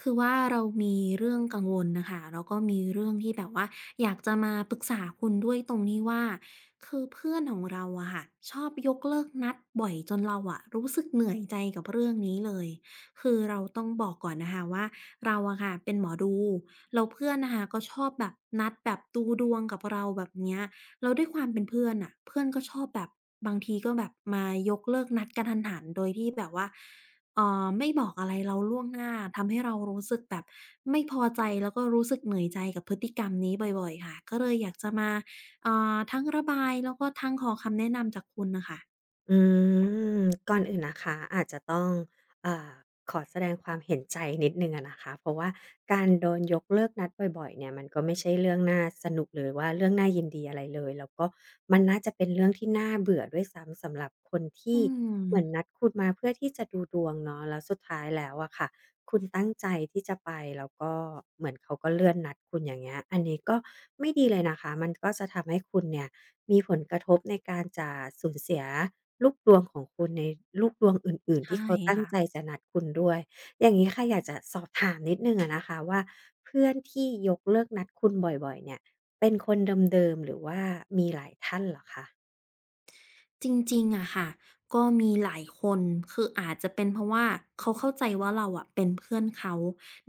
คือว่าเรามีเรื่องกังวลนะคะแล้วก็มีเรื่องที่แบบว่าอยากจะมาปรึกษาคุณด้วยตรงนี้ว่าคือเพื่อนของเราอะค่ะชอบยกเลิกนัดบ่อยจนเราอะรู้สึกเหนื่อยใจกับเรื่องนี้เลยคือเราต้องบอกก่อนนะคะว่าเราอะค่ะเป็นหมอดูแล้วเพื่อนนะคะก็ชอบแบบนัดแบบดูดวงกับเราแบบเนี้ยแล้วด้วยความเป็นเพื่อนอ่ะเพื่อนก็ชอบแบบบางทีก็แบบมายกเลิกนัดกะทันหันโดยที่แบบว่า ไม่บอกอะไรเราล่วงหน้าทำให้เรารู้สึกแบบไม่พอใจแล้วก็รู้สึกเหนื่อยใจกับพฤติกรรมนี้บ่อยๆค่ะก็เลยอยากจะมาทั้งระบายแล้วก็ทั้งขอคำแนะนำจากคุณน่ะค่ะอืมก่อนอื่นนะคะอาจจะต้องเอ่อขอแสดงความเห็นใจนิดนึงอะนะคะเพราะว่าการโดนยกเลิกนัดบ่อยๆเนี่ยมันก็ไม่ใช่เรื่องน่าสนุกหรือว่าเรื่องน่ายินดีอะไรเลยแล้วก็มันน่าจะเป็นเรื่องที่น่าเบื่อด้วยซ้ำสำหรับคนอืที่มเหมือนนัดคุณมาเพื่อที่จะดูดวงเนาะแล้วสุดท้ายแล้วอะค่ะคุณตั้งใจที่จะไปแล้วก็เหมือนเขาก็เลื่อนนัดคุณอย่างเงี้ยอันนี้ก็ไม่ดีเลยนะคะมันก็จะทำให้คุณเนี่ยมีผลกระทบในการจะสูญเสีย ลูกดวงของคุณในลูกดวงอื่นๆใช่ที่เขาตั้งค่ะ ใจจะนัดคุณด้วย อย่างงี้ค่ะอยากจะสอบถามนิดหนึ่งอะนะคะว่าเพื่อนที่ยกเลิกนัดคุณบ่อยๆเนี่ยเป็นคนเดิมๆหรือว่ามีหลายท่านเหรอคะ จริงๆอะค่ะก็มีหลายคนคืออาจจะเป็นเพราะว่าเขาเข้าใจว่าเราอะเป็นเพื่อนเขา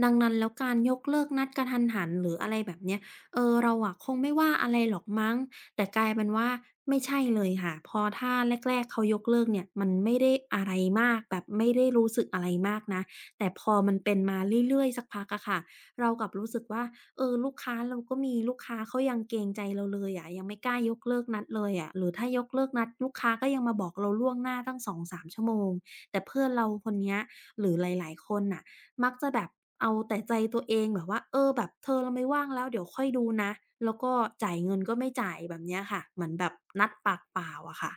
ดังนั้นแล้วการยกเลิกนัดกะทันหันหรืออะไรแบบเนี้ยเออเราอะคงไม่ว่าอะไรหรอกมั้งแต่กลายเป็นว่าไม่ใช่เลยค่ะพอถ้าแรกๆเขายกเลิกเนี่ยมันไม่ได้อะไรมากแบบไม่ได้รู้สึกอะไรมากนะแต่พอมันเป็นมาเรื่อยๆสักพักอะค่ะเรากลับรู้สึกว่า เออลูกค้าเราก็มีลูกค้าเขายังเกรงใจเราเลยอะยังไม่กล้ายกเลิกนัดเลยอะหรือถ้ายกเลิกนัดลูกค้าก็ยังมาบอกเราล่วงหน้าตั้งสองสามชั่วโมงแต่เพื่อนเราคนเนี้ยหรือหลายๆคนน่ะมักจะแบบเอาแต่ใจตัวเองแบบว่าเออแบบเธอเราไม่ว่างแล้วเดี๋ยวค่อยดูนะแล้วก็จ่ายเงินก็ไม่จ่ายแบบเนี้ยค่ะเหมือนแบบนัดปากเปล่าอะค่ะ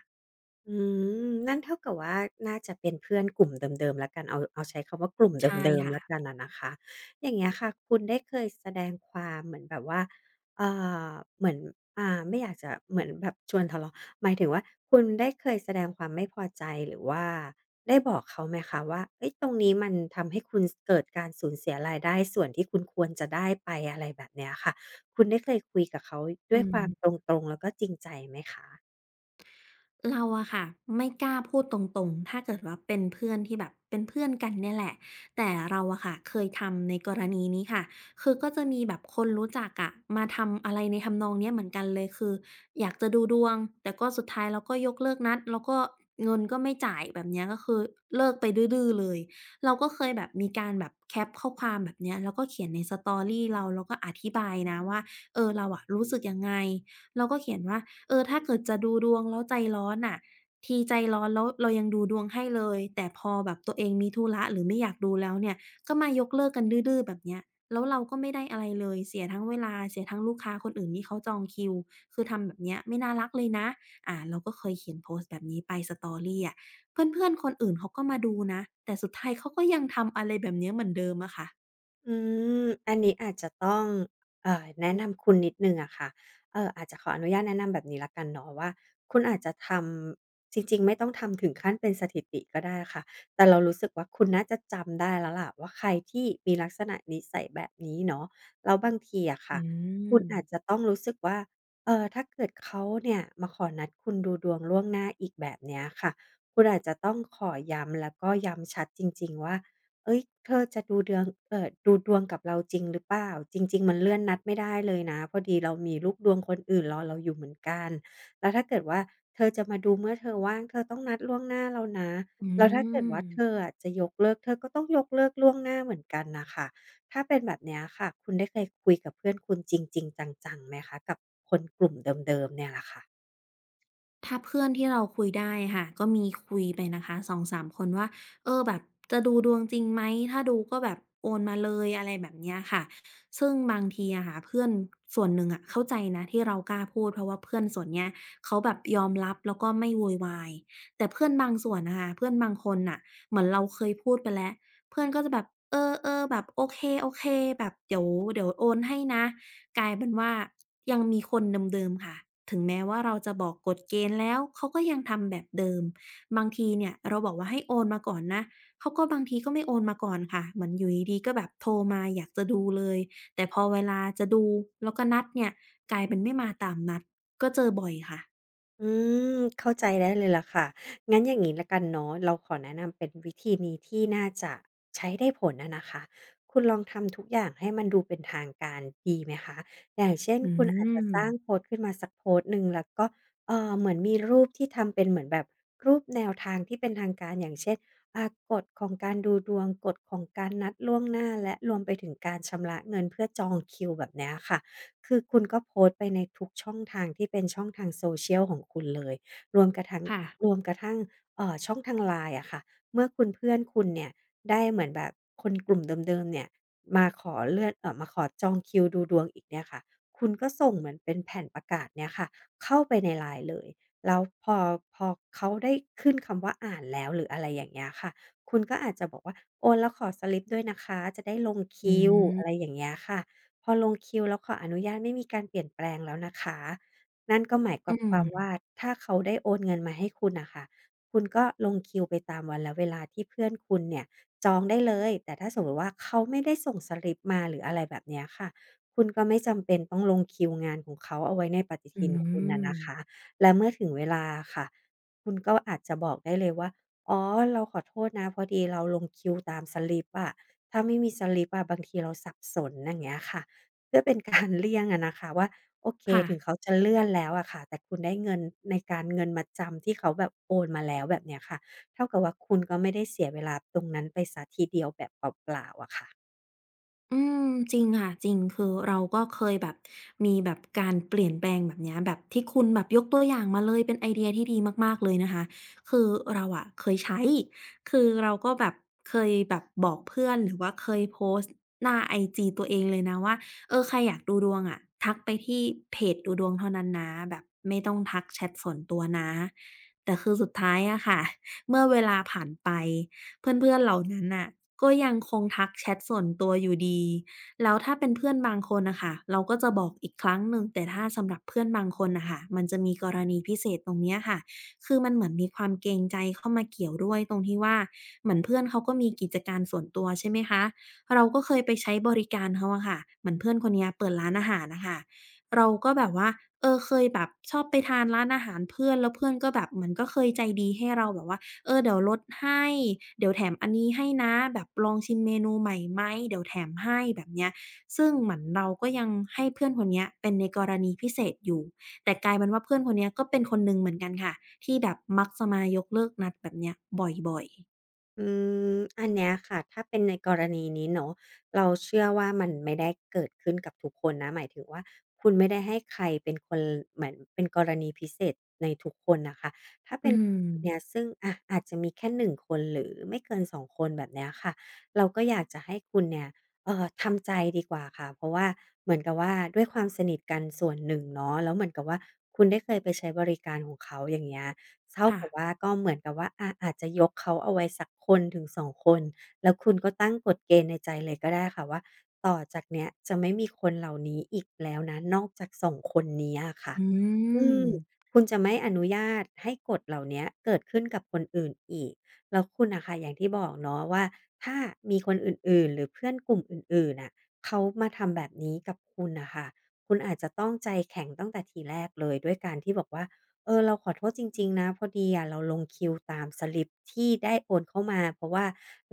อืนั่นเท่ากับว่าน่าจะเป็นเพื่อนกลุ่มเดิมๆแล้วกัน เอาใช้คำว่ากลุ่มใช่เดิมๆค่ะแล้วกันอะนะคะอย่างเงี้ยค่ะคุณได้เคยแสดงความเหมือนแบบว่าเอ่อเหมือนไม่อยากจะเหมือนแบบชวนทะเลาะหมายถึงว่าคุณได้เคยแสดงความไม่พอใจหรือว่าได้บอกเขาไหมคะว่าเฮ้ยตรงนี้มันทำให้คุณสเกิดการสูญเสียรายได้ส่วนที่คุณควรจะได้ไปอะไรแบบเนี้ยค่ะคุณได้เคยคุยกับเขาด้อืวยคม วามตรงๆแล้วก็จริงใจไหมคะ เราอะค่ะไม่กล้าพูดตรงๆ ถ้าเกิดว่าเป็นเพื่อนที่แบบเป็นเพื่อนกันเนี่ยแหละแต่เราอะค่ะเคยทำในกรณีนี้ค่ะคือก็จะมีแบบคนรู้จักอะมาทำอะไรในทำนองเนี้ยเหมือนกันเลยคืออยากจะดูดวงแต่ก็สุดท้ายเราก็ยกเลิกนัดแล้วก็เงินก็ไม่จ่ายแบบเนี้ยก็คือเลิกไปดื้อๆเลยเราก็เคยแบบมีการแบบแคปข้อความแบบเนี้ยแล้วก็เขียนในสตอรี่เราแล้วก็อธิบายนะว่าเออเราอะรู้สึกยังไงเราก็เขียนว่า เออถ้าเกิดจะดูดวงแล้วใจร้อนน่ะทีใจร้อนแล้วเรายังดูดวงให้เลยแต่พอแบบตัวเองมีธุระหรือไม่อยากดูแล้วเนี่ยก็มายกเลิกกันดื้อๆแบบเนี้ยแล้วเราก็ไม่ได้อะไรเลยเสียทั้งเวลาเสียทั้งลูกค้าคนอื่นที่เขาจองคิวคือทำแบบเนี้ยไม่น่ารักเลยนะเราก็เคยเขียนโพสต์แบบนี้ไป Story อะเพื่อนๆคนอื่นเขาก็มาดูนะแต่สุดท้ายเขาก็ยังทำอะไรแบบเนี้ยเหมือนเดิมอะค่ะอือันนี้อาจจะต้องแนะนำคุณนิดหนึ่งอะค่ะอาจจะขออนุญาตแนะนำแบบนี้แล้วกันเนาะว่าคุณอาจจะทำจริงๆไม่ต้องทำถึงขั้นเป็นสถิติก็ได้ค่ะแต่เรารู้สึกว่าคุณน่าจะจำได้แล้วล่ะว่าใครที่มีลักษณะนิสัยแบบนี้เนาะแล้วบางทีอะค่ะอืคุณมอาจจะต้องรู้สึกว่าถ้าเกิดเขาเนี่ยมาขอนัดคุณดูดวงล่วงหน้าอีกแบบเนี้ยค่ะคุณอาจจะต้องขอย้ำแล้วก็ย้ำชัดจริงๆว่า เฮ้ยเธอจะดูเดืองเอ่อดูดวงกับเราจริงหรือเปล่าจริงๆมันเลื่อนนัดไม่ได้เลยนะพอดีเรามีลูกดวงคนอื่นรอเราอยู่เหมือนกันแล้วถ้าเกิดว่าเธอจะมาดูเมื่อเธอว่างเธอต้องนัดล่วงหน้าเรานะอืแล้วถ้าเกิดม ว่าเธออะจะยกเลิกเธอก็ต้องยกเลิกล่วงหน้าเหมือนกันน่ะค่ะถ้าเป็นแบบเนี้ยค่ะคุณได้เคยคุยกับเพื่อนคุณจริงๆจังๆไหมคะกับคนกลุ่มเดิมๆเนี่ยล่ะค่ะ ถ้าเพื่อนที่เราคุยได้ค่ะก็มีคุยไปนะคะสสองสามคนว่าเออแบบจะดูดวงจริงไหมถ้าดูก็แบบโอนมาเลยอะไรแบบเนี้ยค่ะซึ่งบางทีอะค่ะเพื่อนส่วนหนึ่งอะเข้าใจนะที่เรากล้าพูดเพราะว่าเพื่อนส่วนเนี้ยเขาแบบยอมรับแล้วก็ไม่โวยวายแต่เพื่อนบางส่วนน่ะค่ะเพื่อนบางคนน่ะเหมือนเราเคยพูดไปแล้วเพื่อนก็จะแบบเออๆแบบโอเคๆแบบเดี๋ยวเดี๋ยวโอนให้นะ กลายเป็นว่ายังมีคนเดิมๆค่ะถึงแม้ว่าเราจะบอกกฎเกณฑ์แล้วเขาก็ยังทำแบบเดิมบางทีเนี่ยเราบอกว่าให้โอนมาก่อนนะเขาก็บางทีก็ไม่โอนมาก่อนค่ะเหมือนอยู่ดีๆก็แบบโทรมาอยากจะดูเลยแต่พอเวลาจะดูแล้วก็นัดเนี่ยกลายเป็นไม่มาตามนัดก็เจอบ่อยค่ะอืเข้าใจได้เลยล่ะค่ะงั้นอย่างนี้ละกันเนาะเราขอแนะนำเป็นวิธีนี้ที่น่าจะใช้ได้ผลอะนะคะคุณลองทำทุกอย่างให้มันดูเป็นทางการดีไหมคะอย่างเช่นอืคุณอาจจะมสร้างโพสต์ขึ้นมาสักโพสต์หนึ่งแล้วก็เหมือนมีรูปที่ทำเป็นเหมือนแบบรูปแนวทางที่เป็นทางการอย่างเช่นอ่ากฎของการดูดวงกฎของการนัดล่วงหน้าและรวมไปถึงการชำระเงินเพื่อจองคิวแบบเนี้ยค่ะ คือคุณก็โพสต์ไปในทุกช่องทางที่เป็นช่องทาง Social ของคุณเลยรวมกระทั่งค่ะรวมกระทั่งช่องทาง LINE อะค่ะเมื่อคุณเพื่อนคุณเนี่ยได้เหมือนแบบคนกลุ่มเดิมๆเนี่ยมาขอเลื่อนมาขอจองคิวดูดวงอีกเนี่ยค่ะคุณก็ส่งเหมือนเป็นแผ่นประกาศเนี่ยค่ะเข้าไปใน LINE เลยแล้วพอเขาได้ขึ้นคำว่าอ่านแล้วหรืออะไรอย่างเงี้ยค่ะคุณก็อาจจะบอกว่าโอนแล้วขอสลิปด้วยนะคะจะได้ลงอืคิวอะไรมอย่างเงี้ยค่ะ พอลงคิวแล้วขออนุญาตไม่มีการเปลี่ยนแปลงแล้วนะคะนั่นก็หมายอืกับความมว่าถ้าเขาได้โอนเงินมาให้คุณน่ะค่ะคุณก็ลงคิวไปตามวันและเวลาที่เพื่อนคุณเนี่ยจองได้เลยแต่ถ้าสมมุติว่าเขาไม่ได้ส่งสลิปมาหรืออะไรแบบเนี้ยค่ะคุณก็ไม่จำเป็นต้องลงคิวงานของเขาเอาไว้ในปฏิอืทินคุณน่ะมนะคะและเมื่อถึงเวลาอะค่ะคุณก็อาจจะบอกได้เลยว่าอ๋อเราขอโทษนะพอดีเราลงคิวตามสลิปอะถ้าไม่มีสลิปอะบางทีเราสับสนอย่างเงี้ยค่ะ เพื่อเป็นการเลี่ยงอะนะคะว่าโอเคค่ะ ถึงเขาจะเลื่อนแล้วอะค่ะแต่คุณได้เงินในการเงินมัดจำที่เขาแบบโอนมาแล้วแบบเนี้ยค่ะเท่ากับว่าคุณก็ไม่ได้เสียเวลาตรงนั้นไปเสียทีเดียวแบบเปล่าๆอะค่ะ อืมจริงค่ะจริงคือเราก็เคยแบบมีแบบการเปลี่ยนแปลงแบบเนี้ยแบบที่คุณแบบยกตัวอย่างมาเลยเป็นไอเดียที่ดีมากๆเลยนะคะคือเราอะเคยใช้คือเราก็แบบเคยแบบบอกเพื่อนหรือว่าเคยโพสต์หน้าไอจีตัวเองเลยนะว่าเออใครอยากดูดวงอะทักไปที่เพจดูดวงเท่านั้นนะแบบไม่ต้องทักแชตส่วนตัวนะแต่คือสุดท้ายอะค่ะเมื่อเวลาผ่านไป เพื่อนๆเหล่านั้นน่ะก็ยังคงทักแชตส่วนตัวอยู่ดีแล้วถ้าเป็นเพื่อนบางคนน่ะค่ะเราก็จะบอกอีกครั้งหนึ่งแต่ถ้าสำหรับเพื่อนบางคนน่ะค่ะมันจะมีกรณีพิเศษตรงเนี้ยค่ะคือมันเหมือนมีความเกรงใจเข้ามาเกี่ยวด้วยตรงที่ว่าเหมือนเพื่อนเขาก็มีกิจการส่วนตัวใช่ไหมคะเราก็เคยไปใช้บริการเขาอะค่ะเหมือนเพื่อนคนเนี้ยเปิดร้านอาหารน่ะค่ะเราก็แบบว่าเออเคยแบบชอบไปทานร้านอาหารเพื่อนแล้วเพื่อนก็แบบเหมือนก็เคยใจดีให้เราแบบว่า เออเดี๋ยวลดให้เดี๋ยวแถมอันนี้ให้นะแบบลองชิมเมนูใหม่ไหมเดี๋ยวแถมให้แบบเนี้ยซึ่งเหมือนเราก็ยังให้เพื่อนคนเนี้ยเป็นในกรณีพิเศษอยู่แต่กลายเป็นว่าเพื่อนคนเนี้ยก็เป็นคนหนึ่งเหมือนกันค่ะที่แบบมักจะมายกเลิกนัดแบบเนี้ยบ่อยๆอืมอันเนี้ยค่ะถ้าเป็นในกรณีนี้เนาะเราเชื่อว่ามันไม่ได้เกิดขึ้นกับทุกคนนะหมายถึงว่าคุณไม่ได้ให้ใครเป็นคนเหมือนเป็นกรณีพิเศษในทุกคนน่ะค่ะถ้าอืเป็นมเนี้ยซึ่งอะอาจจะมีแค่หนึ่งคนหรือไม่เกินสองคนแบบเนี้ยค่ะเราก็อยากจะให้คุณเนี่ยทำใจดีกว่าค่ะเพราะว่าเหมือนกับว่าด้วยความสนิทกันส่วนหนึ่งเนาะแล้วเหมือนกับว่าคุณได้เคยไปใช้บริการของเขาอย่างเงี้ย เท่าค่ะกับว่าก็เหมือนกับว่าอาจจะยกเขาเอาไว้สักคนถึงสอ2คนแล้วคุณก็ตั้งกฎเกณฑ์ในใจเลยก็ได้ค่ะว่าต่อจากเนี้ยจะไม่มีคนเหล่านี้อีกแล้วนะนอกจาก2คนนี้อะค่ะอือืมมคุณจะไม่อนุญาตให้กฎเหล่าเนี้ยเกิดขึ้นกับคนอื่นอีกแล้วคุณน่ะค่ะอย่างที่บอกเนาะว่าถ้ามีคนอื่นๆหรือเพื่อนกลุ่มอื่นๆน่ะเขามาทำแบบนี้กับคุณน่ะค่ะคุณอาจจะต้องใจแข็งตั้งแต่ทีแรกเลยด้วยการที่บอกว่า เออเราขอโทษจริงๆนะพอดีอะเราลงคิวตามสลิปที่ได้โอนเข้ามาเพราะว่า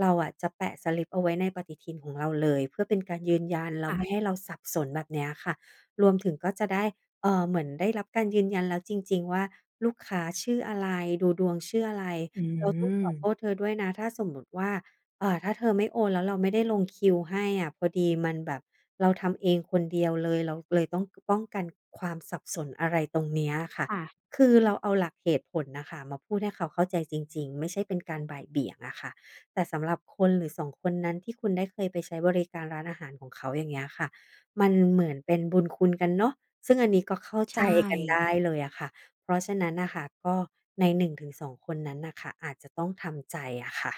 เราอะจะแปะสลิปเอาไว้ในปฏิทินของเราเลยเพื่อเป็นการยืนยันแล้วไม่ให้ค่ะเราสับสนแบบเนี้ยค่ะรวมถึงก็จะได้เหมือนได้รับการยืนยันแล้วจริงๆว่าลูกค้าชื่ออะไรดูดวงชื่ออะไรอืเราต้องขมอโทษเธอด้วยนะถ้าสมมุติว่าถ้าเธอไม่โอนแล้วเราไม่ได้ลงคิวให้อะพอดีมันแบบเราทำเองคนเดียวเลยเราเลยต้องกป้องกันความสับสนอะไรตรงเนี้ยอะค่ะ ค่ะคือเราเอาหลักเหตุผลนะคะมาพูดให้เขาเข้าใจจริงๆไม่ใช่เป็นการบ่ายเบี่ยงอะค่ะแต่สำหรับคนหรือ2คนนั้นที่คุณได้เคยไปใช้บริการร้านอาหารของเขาอย่างเงี้ยค่ะมันเหมือนเป็นบุญคุณกันเนาะซึ่งอันนี้ก็เข้าใชใจกันได้่ เลยอะค่ะเพราะฉะนั้นน่ะค่ะก็ใน1-2คนนั้นน่ะค่ะอาจจะต้องทำใจอะค่ะ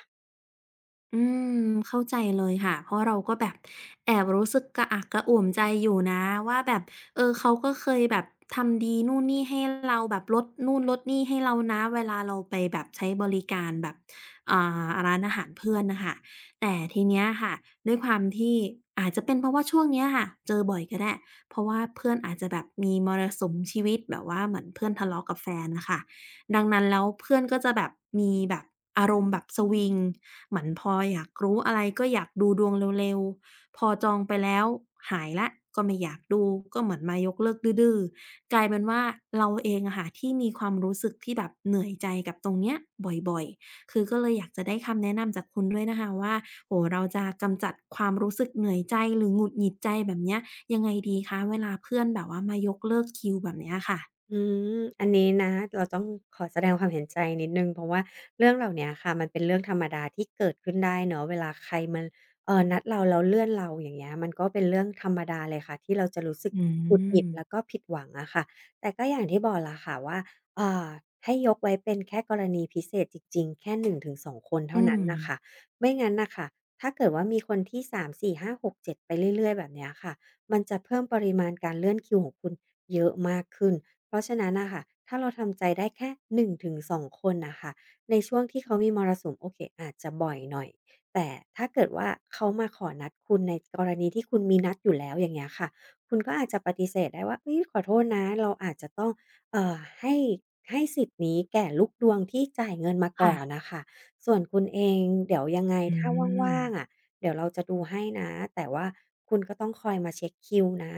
อืมเข้าใจเลยค่ะเพราะเราก็แบบแอบรู้สึกกระอักกระอ่วมใจอยู่นะว่าแบบเออเขาก็เคยแบบทำดีนู่นนี่ให้เราแบบลดนู่นลดนี่ให้เรานะเวลาเราไปแบบใช้บริการแบบอ่ร้านอาหารเพื่อนน่ะค่ะแต่ทีเนี้ยค่ะด้วยความที่อาจจะเป็นเพราะว่าช่วงเนี้ยค่ะเจอบ่อยก็ได้เพราะว่าเพื่อนอาจจะแบบมีมรสุมชีวิตแบบว่าเหมือนเพื่อนทะเลาะกับแฟนน่ะค่ะดังนั้นแล้วเพื่อนก็จะแบบมีแบบอารมณ์แบบสวิง เหมือนพออยากรู้อะไรก็อยากดูดวงเร็วๆพอจองไปแล้วหายแล้วก็ไม่อยากดูก็เหมือนมายกเลิกดื้อๆกลายเป็นว่าเราเองอะค่ะที่มีความรู้สึกที่แบบเหนื่อยใจกับตรงเนี้ยบ่อยๆคือก็เลยอยากจะได้คำแนะนำจากคุณด้วยนะคะว่าโอ้โฮเราจะกำจัดความรู้สึกเหนื่อยใจหรือหงุดหงิดใจแบบเนี้ยยังไงดีคะเวลาเพื่อนแบบว่ามายกเลิกคิวแบบเนี้ยค่ะอืมอันนี้นะเราต้องขอแสดงความเห็นใจนิดหนึ่งเพราะว่าเรื่องเหล่าเนี้ยค่ะมันเป็นเรื่องธรรมดาที่เกิดขึ้นได้เนาะเวลาใครมันนัดเราแล้วเลื่อนเราอย่างเงี้ยมันก็เป็นเรื่องธรรมดาเลยค่ะที่เราจะรู้สึกอืหงุดหงิดแล้วมก็ผิดหวังอะค่ะแต่ก็อย่างที่บอกล่ะค่ะว่าอ่าให้ยกไว้เป็นแค่กรณีพิเศษจริงๆแค่หนึ่งถึงสองคนเท่าอืนั้มนน่ะค่ะไม่งั้นน่ะค่ะถ้าเกิดว่ามีคนที่สามสี่ห้าหกเจ็ดไปเรื่อยๆแบบเนี้ยค่ะมันจะเพิ่มปริมาณการเลื่อนคิวของคุณเยอะมากขึ้น เพราะฉะนั้นน่ะค่ะถ้าเราทำใจได้แค่1-2คนน่ะค่ะในช่วงที่เขามีมรสุมโอเคอาจจะบ่อยหน่อยแต่ถ้าเกิดว่าเขามาขอนัดคุณในกรณีที่คุณมีนัดอยู่แล้วอย่างเงี้ยค่ะคุณก็อาจจะปฏิเสธได้ว่าเฮ้ยขอโทษนะเราอาจจะต้องเอ่อให้ให้สิทธิ์นี้แก่ลูกดวงที่จ่ายเงินมาค่ะก่อนน่ะค่ะส่วนคุณเองเดี๋ยวยังไงอืถ้ามว่างๆอะเดี๋ยวเราจะดูให้นะแต่ว่าคุณก็ต้องคอยมาเช็กคิวนะ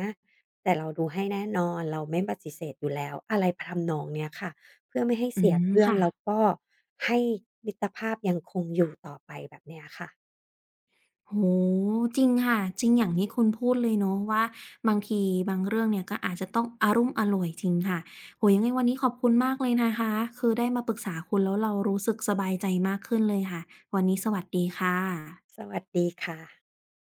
แต่เราดูให้แน่นอนเราไม่ปฏิเสธอยู่แล้วอะไรทำนองเนี้ยค่ะเพื่อไม่ให้อืเสียมเพื่อนค่ะ แล้วก็ให้มิตรภาพยังคงอยู่ต่อไปแบบเนี้ยค่ะโอ้โฮจริงค่ะจริงอย่างที่คุณพูดเลยเนาะว่าบางทีบางเรื่องเนี่ยก็อาจจะต้องอารุ่มอร่วยจริงค่ะโอ้โฮยังไงวันนี้ขอบคุณมากเลยนะคะคือได้มาปรึกษาคุณแล้วเรารู้สึกสบายใจมากขึ้นเลยค่ะวันนี้สวัสดีค่ะสวัสดีค่ะ